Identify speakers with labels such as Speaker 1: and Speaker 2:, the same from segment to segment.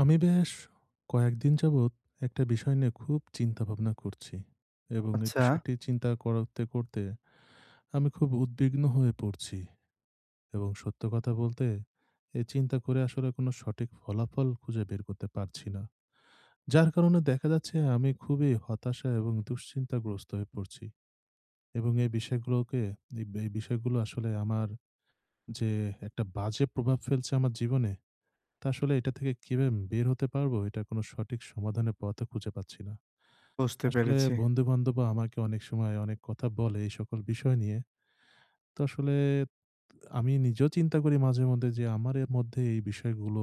Speaker 1: আমি বেশ কয়েকদিন যাবৎ একটা বিষয় নিয়ে খুব চিন্তা ভাবনা করছি, এবং এই
Speaker 2: আচ্ছা,
Speaker 1: বিষয়টি চিন্তা করতে করতে আমি খুব উদ্বিগ্ন হয়ে পড়ছি। এবং সত্য কথা বলতে, এই চিন্তা করে আসলে কোনো সঠিক ফলাফল খুঁজে বের করতে পারছি না, যার কারণে দেখা যাচ্ছে আমি খুবই হতাশা এবং দুশ্চিন্তাগ্রস্ত হয়ে পড়ছি। এবং এই বিষয়গুলোকে, এই এই বিষয়গুলো আসলে আমার যে একটা বাজে প্রভাব ফেলছে আমার জীবনে, তা আসলে এটা থেকে কিভাবে বের হতে পারবো, এটা কোনো সঠিক সমাধানের পথও খুঁজে পাচ্ছি না।
Speaker 2: বুঝতে
Speaker 1: আসলে
Speaker 2: পেরেছি।
Speaker 1: বন্ধু-বান্ধব আমাকে অনেক সময় অনেক কথা বলে এই সকল বিষয় নিয়ে। তো আসলে আমি নিজেও চিন্তা করি মাঝে মধ্যে যে আমার এর মধ্যে এই বিষয়গুলো,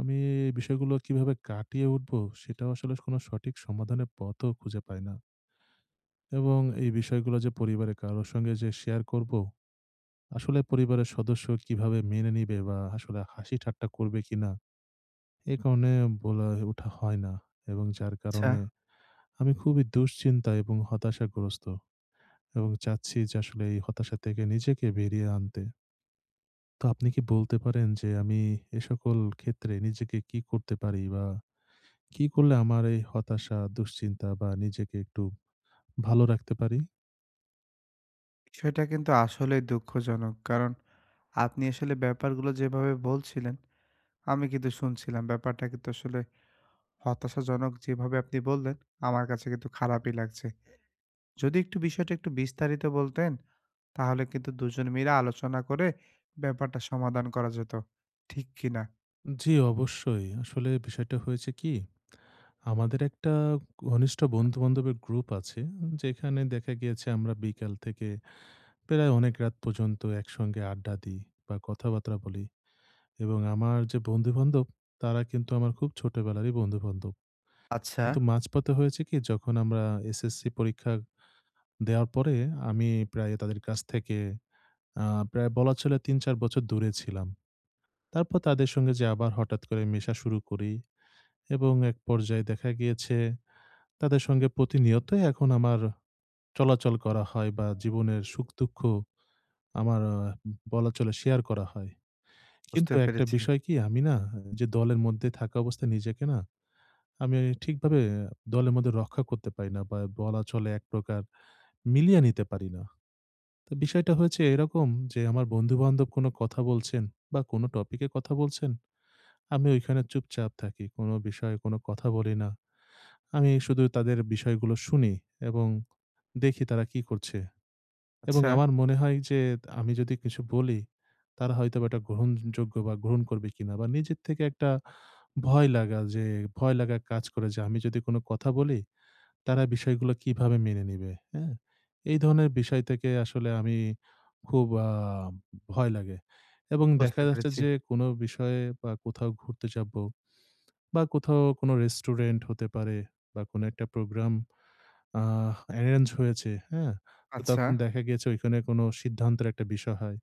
Speaker 1: আমি এই বিষয়গুলো কিভাবে কাটিয়ে উঠবো সেটাও আসলে কোনো সঠিক সমাধানের পথও খুঁজে পাই না। এবং এই বিষয়গুলো যে পরিবারের কারো সঙ্গে যে শেয়ার করব, আসলে পরিবারের সদস্য কিভাবে মেনে নিবে বা আসলে হাসি ঠাট্টা করবে কিনা, এই কারণে বলে ওঠা হয় না। এবং যার
Speaker 2: আচ্ছা,
Speaker 1: কারণে আমি খুবই দুশ্চিন্তা এবং হতাশাগ্রস্ত, এবং চাচ্ছি যে আসলে এই হতাশা থেকে নিজেকে বেরিয়ে আনতে। তো আপনি কি বলতে পারেন যে আমি এ সকল ক্ষেত্রে নিজেকে কি করতে পারি, বা কি করলে আমার এই হতাশা, দুশ্চিন্তা বা নিজেকে একটু ভালো রাখতে পারি?
Speaker 2: বিষয়টা কিন্তু আসলেই দুঃখজনক। কারণ আপনি আসলে ব্যাপারগুলো যেভাবে বলছিলেন, আমি কিন্তু শুনছিলাম। ব্যাপারটা কিন্তু আসলে হতাশাজনক যেভাবে আপনি বললেন, আমার কাছে কিন্তু খারাপই লাগছে। যদি একটু বিষয়টা একটু বিস্তারিত বলতেন, তাহলে কিন্তু ২ জন মিলে আলোচনা করে ব্যাপারটা সমাধান করা যেত। ঠিক কি না?
Speaker 1: জি, অবশ্যই। আসলে বিষয়টা হয়েছে কি, আমাদের একটা ঘনিষ্ঠ বন্ধু-বান্ধবের গ্রুপ আছে, যেখানে দেখা গিয়েছে আমরা বিকাল থেকে প্রায় অনেক রাত পর্যন্ত একসঙ্গে আড্ডা দিই বা কথাবার্তা বলি, এবং আমার যে বন্ধু-বান্ধব, তারা কিন্তু আমার খুব ছোটবেলারই বন্ধু-বান্ধব।
Speaker 2: আচ্ছা,
Speaker 1: কিন্তু মাঝপথে হয়েছে কি, যখন আমরা এসএসসি পরীক্ষা দেওয়ার পরে আমি প্রায় তাদের কাছ থেকে আ প্রায় বলা চলে ৩-৪ বছর দূরে ছিলাম। তারপর তাদের সঙ্গে যে আবার হঠাৎ করে মেশা শুরু করি, এবং এক পর্যায়ে দেখা গিয়েছে তাদের সঙ্গে প্রতিনিয়তই এখন আমার চলাচল করা হয়, বা জীবনের সুখ-দুঃখ আমার বলা চলে শেয়ার করা হয়।
Speaker 2: বুঝতে
Speaker 1: কিন্তু একটা
Speaker 2: পেরেছি।
Speaker 1: বিষয় কি, আমি না যে দলের মধ্যে থাকা অবস্থায় নিজেকে না, আমি ঠিকভাবে দলের মধ্যে রক্ষা করতে পারি না, বা বলা চলে এক প্রকার মিলিয়ে নিতে পারি না। তো বিষয়টা হয়েছে এরকম যে, আমার বন্ধু-বান্ধব কোনো কথা বলছেন বা কোনো টপিকে কথা বলছেন, আমি ওইখানে চুপচাপ থাকি। কোনো বিষয়ে কোনো কথা বলি না। আমি শুধু তাদের বিষয়গুলো শুনি, এবং দেখি তারা কি করছে। এবং
Speaker 2: আচ্ছা,
Speaker 1: আমার মনে হয় যে, আমি যদি কিছু বলি, তারা হয়তোবা এটা গ্রহণযোগ্য বা গ্রহণ করবে কিনা, বা নিজের থেকে একটা ভয় লাগা যে ভয় লাগা কাজ করে যে, আমি যদি কোনো কথা বলি, তারা বিষয়গুলো কিভাবে মেনে নিবে, হ্যাঁ? এই ধরনের বিষয় থেকে আসলে আমি খুব ভয় লাগে, এবং দেখা
Speaker 2: বুঝতে
Speaker 1: যাচ্ছে
Speaker 2: পেরেছি।
Speaker 1: যে কোনো বিষয়ে বা কোথাও ঘুরতে যাবো, বা কোথাও কোনো রেস্টুরেন্ট হতে পারে, বা কোনো একটা প্রোগ্রাম অ্যারেঞ্জ হয়েছে, হ্যাঁ? তো
Speaker 2: আচ্ছা,
Speaker 1: তখন দেখা গেছে ওইখানে কোনো সিদ্ধান্তের একটা বিষয় হয়।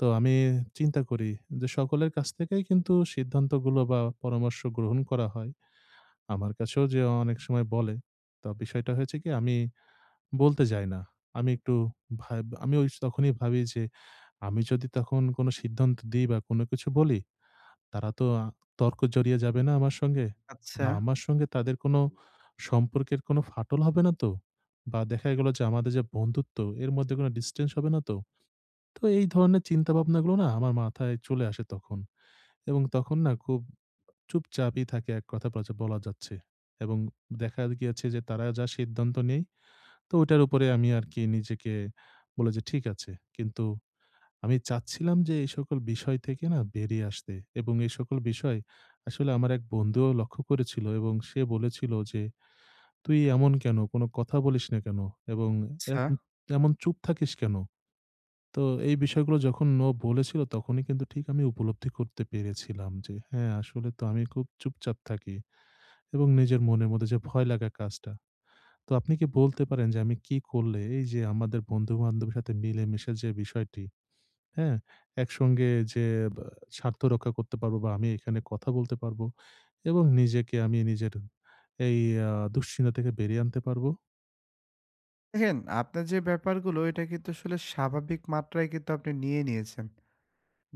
Speaker 1: তো আমি চিন্তা করি যে, সকলের কাছ থেকেই কিন্তু সিদ্ধান্তগুলো বা পরামর্শ গ্রহণ করা হয়। আমার কাছেও যে অনেক সময় বলে। তো বিষয়টা হয়েছে কি, আমি বলতে যাই না। আমি একটু ভাব আমি ওই তখনই ভাবি যে, আমি যদি তখন কোনো সিদ্ধান্ত দিই বা কোনো কিছু বলি, তারা তো তর্ক জড়িয়ে যাবে না আমার সঙ্গে?
Speaker 2: আচ্ছা,
Speaker 1: বা আমার সঙ্গে তাদের কোনো সম্পর্কের কোনো ফাটল হবে না তো? বা দেখা গেল যে, আমাদের যে বন্ধুত্ব, এর মধ্যে কোনো distance হবে না তো? তো এই ধরনের চিন্তাভাবনাগুলো না আমার মাথায় চলে আসে তখন। এবং তখন না খুব চুপচাপই থাকে, এক কথা বাচা বলা যাচ্ছে। এবং দেখা গিয়েছে যে তারা যা সিদ্ধান্ত নেয়, তো ওটার উপরে আমি আরকি নিজেকে বলে যে ঠিক আছে। কিন্তু আমি চাচ্ছিলাম যে এই সকল বিষয় থেকে না বেরিয়ে আসতে, এবং এই সকল বিষয় আসলে আমার এক বন্ধুও লক্ষ্য করেছিল, এবং সে বলেছিল যে, "তুই এমন কেন? কোনো কথা বলিস না কেন? এবং
Speaker 2: আচ্ছা।
Speaker 1: এরকম এমন চুপ থাকিস কেন?" তো এই বিষয়গুলো যখন ও বলেছিল, তখনই কিন্তু ঠিক আমি উপলব্ধি করতে পেরেছিলাম যে, হ্যাঁ, আসলে তো আমি খুব চুপচাপ থাকি, এবং নিজের মনের মধ্যে যে ভয় লাগা কাজটা। তো আপনি কি বলতে পারেন যে আমি কি করলে এই যে আমাদের বন্ধু-বান্ধবের সাথে মিলেমিশে যে বিষয়টি, হ্যাঁ? একসঙ্গে যে, বা স্বার্থ রক্ষা করতে পারবো, বা আমি এখানে কথা বলতে পারবো, এবং নিজেকে আমি নিজের এই দুশ্চিন্তা থেকে বেরিয়ে আনতে পারবো।
Speaker 2: দেখেন, আপনার যে ব্যাপারগুলো এটা কিন্তু আসলে স্বাভাবিক মাত্রায় কিন্তু আপনি নিয়ে নিয়েছেন।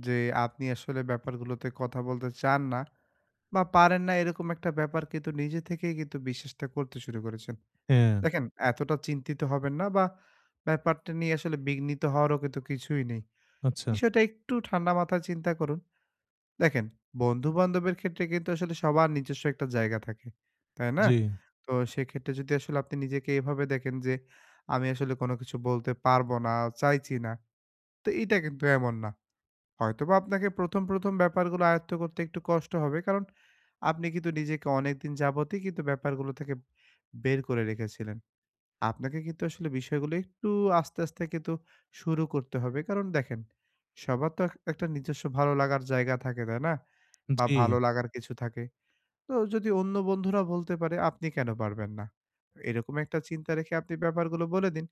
Speaker 2: যে আপনি আসলে ব্যাপারগুলোতে কথা বলতে চান না বা পারেন না এরকম একটা ব্যাপার কিন্তু নিজে থেকেই কিন্তু বিশ্বাসটা করতে শুরু করেছেন।
Speaker 1: হ্যাঁ,
Speaker 2: দেখেন, এতটা চিন্তিত হবেন না বা ব্যাপারটা নিয়ে আসলে বিঘ্নিত হওয়ারও কিন্তু কিছুই নেই।
Speaker 1: আচ্ছা।
Speaker 2: বিষয়টা একটু ঠান্ডা মাথায় চিন্তা করুন। দেখেন, বন্ধু-বান্ধবের ক্ষেত্রে কিন্তু আসলে সবার নিজস্ব একটা জায়গা থাকে। তাই না?
Speaker 1: জি,
Speaker 2: তো সেক্ষেত্রে যদি আসলে আপনি নিজেকে এভাবে দেখেন যে, আমি আসলে কোনো কিছু বলতে পারবো না, চাইছি না। তো এটা কিন্তু এমন না। হয়তোবা আপনাকে ১ম, ১ম ব্যাপারগুলো আয়ত্ত করতে একটু কষ্ট হবে। কারণ আপনি কিন্তু নিজেকে অনেকদিন যাবতই কিন্তু ব্যাপারগুলো থেকে বের করে রেখেছিলেন। আপনাকে কিন্তু আসলে বিষয়গুলো একটু আস্তে, আস্তে কিন্তু শুরু করতে হবে। কারণ দেখেন, সবার তো এক একটা নিজস্ব ভালো লাগার জায়গা থাকে, তাই না? বা
Speaker 1: জি।
Speaker 2: ভালো লাগার কিছু থাকে। তো যদি অন্য বন্ধুরা বলতে পারে, আপনি কেন পারবেন না? এরকম একটা চিন্তা রেখে আপনি ব্যাপারগুলো বলে দিন।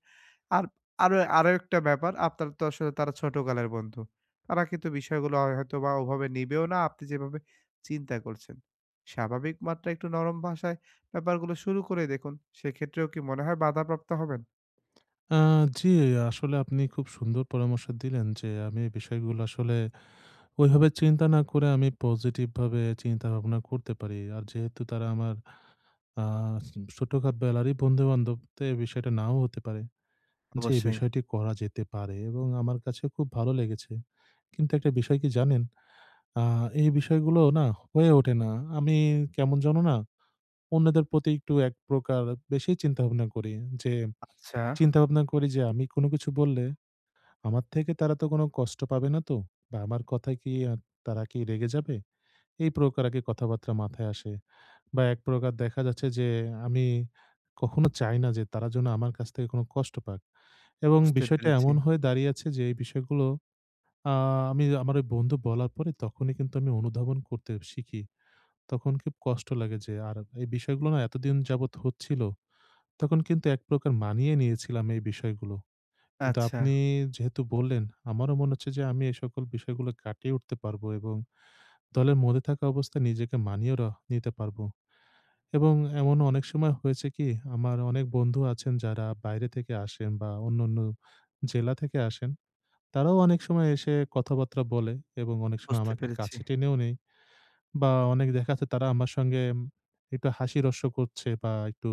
Speaker 2: আর আরো আরো একটা ব্যাপার, আপনার তো আসলে তারা ছোটকালের বন্ধু। তারা কিন্তু বিষয়গুলো হয়তোবা ওভাবে নিবেও না, আপনি যেভাবে চিন্তা করছেন। স্বাভাবিক মাত্রায় একটু নরম ভাষায় ব্যাপারগুলো শুরু করে দেখুন। সেক্ষেত্রেও কি মনে হয় বাধাপ্রাপ্ত হবেন?
Speaker 1: আ জি, আসলে আপনি খুব সুন্দর পরামর্শ দিলেন যে আমি এই বিষয়গুলো আসলে ওইভাবে চিন্তা না করে আমি পজিটিভ ভাবে চিন্তা ভাবনা করতে পারি। আর যেহেতু তারা আমার আ ছোটখাত বেলারই বন্ধু-বান্ধব, তো এই বিষয়টা নাও হতে পারে। জি,
Speaker 2: অবশ্যই।
Speaker 1: বিষয়টি করা যেতে পারে, এবং আমার কাছে খুব ভালো লেগেছে। কিন্তু একটা বিষয় কি জানেন? আ এই বিষয়গুলো না হয়ে ওঠে না। আমি কেমন যেন না অন্যদের প্রতি একটু এক প্রকার বেশি চিন্তাভাবনা করি। যে
Speaker 2: আচ্ছা,
Speaker 1: চিন্তাভাবনা করি যে, আমি কোনো কিছু বললে আমার থেকে তারা তো কোনো কষ্ট পাবে না তো? বা আমার কথায় কি তারা কি রেগে যাবে? এই প্রকার আগে কথাবার্তা মাথায় আসে। বা এক প্রকার দেখা যাচ্ছে যে আমি কখনো চাই না যে তারা যেন আমার কাছ থেকে কোনো কষ্ট পাক। এবং
Speaker 2: বুঝতে
Speaker 1: বিষয়টা
Speaker 2: পেরেছি।
Speaker 1: এমন হয়ে দাঁড়িয়েছে যে এই বিষয়গুলো, আ আমি আমার ওই বন্ধু বলার পরে তখনই কিন্তু আমি অনুধাবন করতে শিখি। তখন খুব কষ্ট লাগে যে, আর এই বিষয়গুলো না এতদিন যাবৎ হচ্ছিল, তখন কিন্তু এক প্রকার মানিয়ে নিয়েছিলাম এই বিষয়গুলো। কিন্তু
Speaker 2: আচ্ছা,
Speaker 1: আপনি যেহেতু বললেন, আমারও মনে হচ্ছে যে আমি এই সকল বিষয়গুলো কাটিয়ে উঠতে পারবো, এবং দলের মধ্যে থাকা অবস্থায় নিজেকে মানিয়েও নিতে পারবো। এবং এমন অনেক সময় হয়েছে কি, আমার অনেক বন্ধু আছেন যারা বাইরে থেকে আসেন বা অন্যান্য জেলা থেকে আসেন। তারাও অনেক সময় এসে কথাবার্তা বলে, এবং অনেক সময়
Speaker 2: বুঝতে
Speaker 1: আমাকে
Speaker 2: পেরেছি।
Speaker 1: কাছে টেনেও নেয়, বা অনেক দেখা যাচ্ছে তারা আমার সঙ্গে একটু হাসি-রহস্য করছে, বা একটু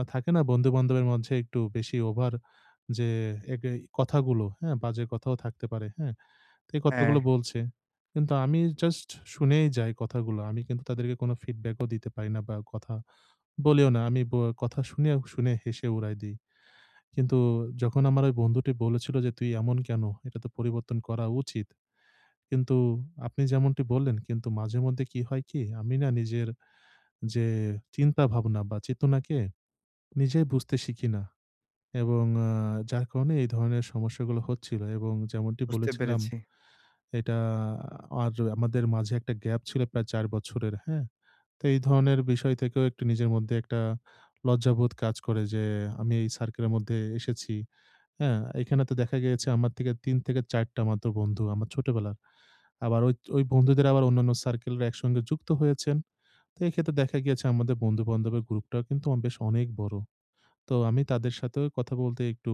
Speaker 1: থাকে না বন্ধু-বান্ধবের মধ্যে একটু বেশি ওভার যে এগে কথাগুলো, হ্যাঁ? বাজে কথাও থাকতে পারে, হ্যাঁ? তো এই
Speaker 2: হ্যাঁ,
Speaker 1: কথাগুলো বলছে। কিন্তু আমি জাস্ট শুনেই যাই কথাগুলো। আমি কিন্তু তাদেরকে কোনো ফিডব্যাকও দিতে পারি না বা কথা বলিও না। আমি কথা শুনে, শুনে হেসে উড়ায় দেই। কিন্তু যখন আমার ওই বন্ধুটি বলেছিল যে, "তুই এমন কেন? এটা তো পরিবর্তন করা উচিত।" কিন্তু আপনি যেমনটি বললেন, কিন্তু মাঝে মধ্যে কি হয় কি, আমি না নিজের যে চিন্তা ভাবনা বা চেতনাকে নিজেই বুঝতে শিখি না। এবং যার কারণে এই ধরনের সমস্যাগুলো হচ্ছিল। এবং যেমনটি
Speaker 2: বুঝতে
Speaker 1: বলেছিলাম,
Speaker 2: পেরেছি।
Speaker 1: এটা আর আমাদের মাঝে একটা গ্যাপ ছিল প্রায় ৪ বছরের, হ্যাঁ? তো এই ধরনের বিষয় থেকেও একটু নিজের মধ্যে একটা লজ্জাবোধ কাজ করে যে, আমি এই সার্কেলের মধ্যে এসেছি। হ্যাঁ? এখানে তো দেখা গিয়েছে আমার থেকে ৩ থেকে ৪ টা মাত্র বন্ধু আমার ছোটবেলার। আবার ওই ওই বন্ধুদের আবার অন্যান্য সার্কেলরা একসঙ্গে যুক্ত হয়েছেন। তো এক্ষেত্রে দেখা গিয়েছে আমাদের বন্ধু-বান্ধবের গ্রুপটাও কিন্তু বেশ অনেক বড়। তো আমি তাদের সাথেও কথা বলতে একটু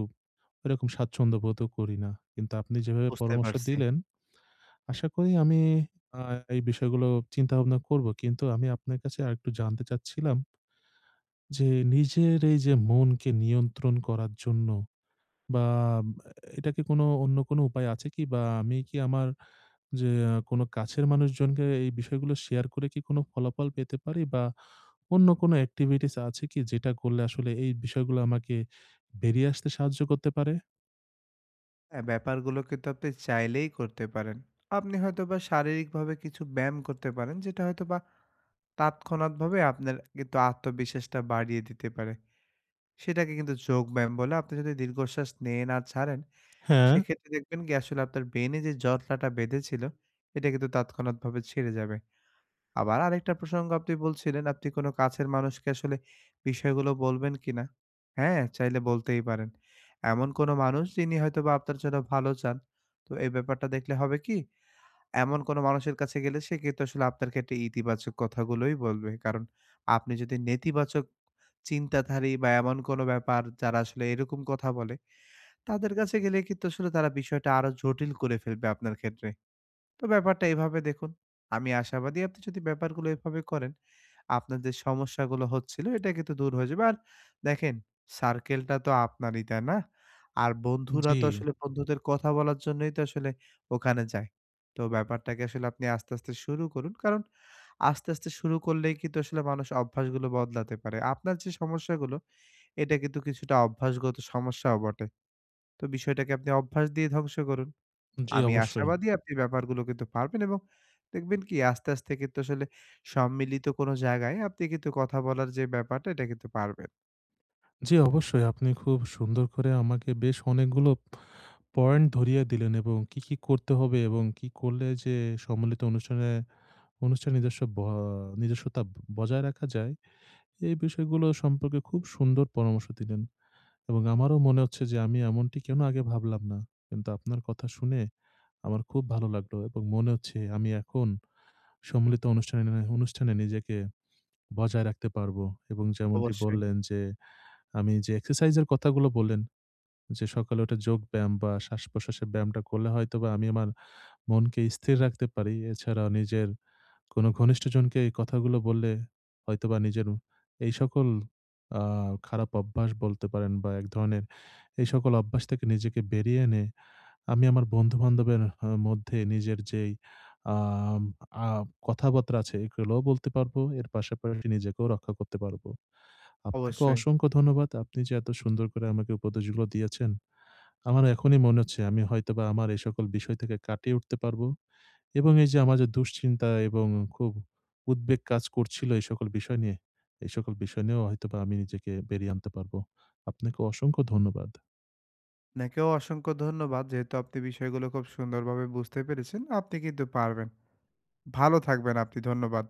Speaker 1: এরকম স্বাচ্ছন্দ্য বোধও করি না। কিন্তু আপনি যেভাবে
Speaker 2: বুঝতে
Speaker 1: পরামর্শ
Speaker 2: পারছি।
Speaker 1: দিলেন, আশা করি আমি আ এই বিষয়গুলো চিন্তাভাবনা করব। কিন্তু আমি আপনার কাছে আরেকটু জানতে চাচ্ছিলাম যে, নিজের এই যে মনকে নিয়ন্ত্রণ করার জন্য, বা এটা কি কোনো অন্য কোনো উপায় আছে কি? বা আমি কি আমার যে কোনো কাছের মানুষজনকে এই বিষয়গুলো শেয়ার করে কি কোনো ফলাফল পেতে পারি? বা অন্য কোনো activities আছে কি যেটা করলে আসলে এই বিষয়গুলো আমাকে বেরিয়ে আসতে সাহায্য করতে পারে?
Speaker 2: হ্যাঁ, ব্যাপারগুলো কিন্তু আপনি চাইলেই করতে পারেন। আপনি হয়তোবা শারীরিকভাবে কিছু ব্যায়াম করতে পারেন, যেটা হয়তোবা তাৎক্ষণাৎভাবে আপনার কিন্তু আত্মবিশ্বাসটা বাড়িয়ে দিতে পারে। সেটাকে কিন্তু যোগব্যায়াম বলে। আপনি যদি দীর্ঘশ্বাস নেন আর ছাড়েন,
Speaker 1: হ্যাঁ।
Speaker 2: সেক্ষেত্রে দেখবেন কি আসলে আপনার ব্রেইনে যে জটলাটা বেঁধেছিল, এটা কিন্তু তাৎক্ষণাৎভাবে ছেড়ে যাবে। আবার আরেকটা প্রসঙ্গ আপনি বলছিলেন, আপনি কোনো কাছের মানুষকে আসলে বিষয়গুলো বলবেন কিনা? হ্যাঁ, চাইলে বলতেই পারেন। এমন কোনো মানুষ যিনি হয়তোবা আপনার জন্য ভালো চান। তো এই ব্যাপারটা দেখলে হবে কি? এমন কোনো মানুষের কাছে গেলে সে কিন্তু আসলে আপনার ক্ষেত্রে ইতিবাচক কথাগুলোই বলবে। কারণ আপনি যদি নেতিবাচক চিন্তাধারী বা এমন কোনো ব্যাপার যারা আসলে এরকম কথা বলে, তাদের কাছে গেলে কিন্তু আসলে তারা বিষয়টা আরো জটিল করে ফেলবে আপনার ক্ষেত্রে। তো ব্যাপারটা এভাবে দেখুন। আমি আশাবাদী আপনি যদি ব্যাপারগুলো এভাবে করেন, আপনার যে সমস্যাগুলো হচ্ছিল এটা কিন্তু দূর হয়ে যাবে। আর দেখেন সার্কেলটা তো আপনারই, তাই না? আর বন্ধুরা
Speaker 1: জি,
Speaker 2: তো আসলে বন্ধুদের কথা বলার জন্যই তো আসলে ওখানে যায়। তো ব্যাপারটাকে আসলে আপনি আস্তে, আস্তে শুরু করুন। কারণ আস্তে, আস্তে শুরু করলেই কিন্তু আসলে মানুষ অভ্যাসগুলো বদলাতে পারে। আপনার যে সমস্যাগুলো এটা কিন্তু কিছুটা অভ্যাসগত সমস্যাও বটে। তো বিষয়টাকে আপনি অভ্যাস দিয়ে ধ্বংস করুন।
Speaker 1: জি
Speaker 2: আমি
Speaker 1: অবশ্যই।
Speaker 2: আশাবাদী আপনি ব্যাপারগুলো কিন্তু পারবেন এবং দেখবেন কি আস্তে, আস্তে কিন্তু আসলে সম্মিলিত কোনো জায়গায় আপনি কিন্তু কথা বলার যে ব্যাপারটা এটা কিন্তু পারবেন।
Speaker 1: জি অবশ্যই। আপনি খুব সুন্দর করে আমাকে বেশ অনেকগুলো পয়েন্ট ধরিয়ে দিলেন, এবং কি, কি করতে হবে, এবং কি করলে যে সম্মিলিত অনুষ্ঠানের নিজস্বতা বজায় রাখা যায়, এই বিষয়গুলো সম্পর্কে খুব সুন্দর পরামর্শ দিলেন, এবং আমারও মনে হচ্ছে যে আমি এমনটি কেন আগে ভাবলাম না। কিন্তু আপনার কথা শুনে আমার খুব ভালো লাগলো, এবং মনে হচ্ছে আমি এখন সম্মিলিত অনুষ্ঠানে অনুষ্ঠানে নিজেকে বজায় রাখতে পারবো, এবং যেমনটি
Speaker 2: অবশ্যই,
Speaker 1: বললেন যে, আমি যে এক্সারসাইজ এর কথাগুলো বললেন যে, সকালে উঠে যোগব্যায়াম বা শ্বাস-প্রশ্বাসের ব্যায়ামটা করলে হয়তোবা আমি আমার মনকে স্থির রাখতে পারি। এছাড়াও নিজের কোনো ঘনিষ্ঠজনকে এই কথাগুলো বললে হয়তোবা নিজের এই সকল আ খারাপ অভ্যাস বলতে পারেন, বা এক ধরনের এই সকল অভ্যাস থেকে নিজেকে বেরিয়ে এনে আমি আমার বন্ধু-বান্ধবের মধ্যে নিজের যেই আম আ কথাবার্তা আছে এগুলোও বলতে পারবো। এর পাশাপাশি নিজেকেও রক্ষা করতে পারবো। আপনাকে
Speaker 2: অবশ্যই।
Speaker 1: অসংখ্য ধন্যবাদ। আপনি যে এত সুন্দর করে আমাকে উপদেশগুলো দিয়েছেন। আমার এখনই মনে হচ্ছে আমি হয়তোবা আমার এই সকল বিষয় থেকে কাটিয়ে উঠতে পারবো। এবং এই যে আমার যে দুশ্চিন্তা এবং খুব উদ্বেগ কাজ করছিল এই সকল বিষয় নিয়ে, এই সকল বিষয় নিয়েও হয়তোবা আমি নিজেকে বেরিয়ে আনতে পারবো। আপনাকে অসংখ্য ধন্যবাদ।
Speaker 2: আপনাকেও অসংখ্য ধন্যবাদ। যেহেতু আপনি বিষয়গুলো খুব সুন্দরভাবে বুঝতে পেরেছেন, আপনি কিন্তু পারবেন। ভালো থাকবেন আপনি। ধন্যবাদ।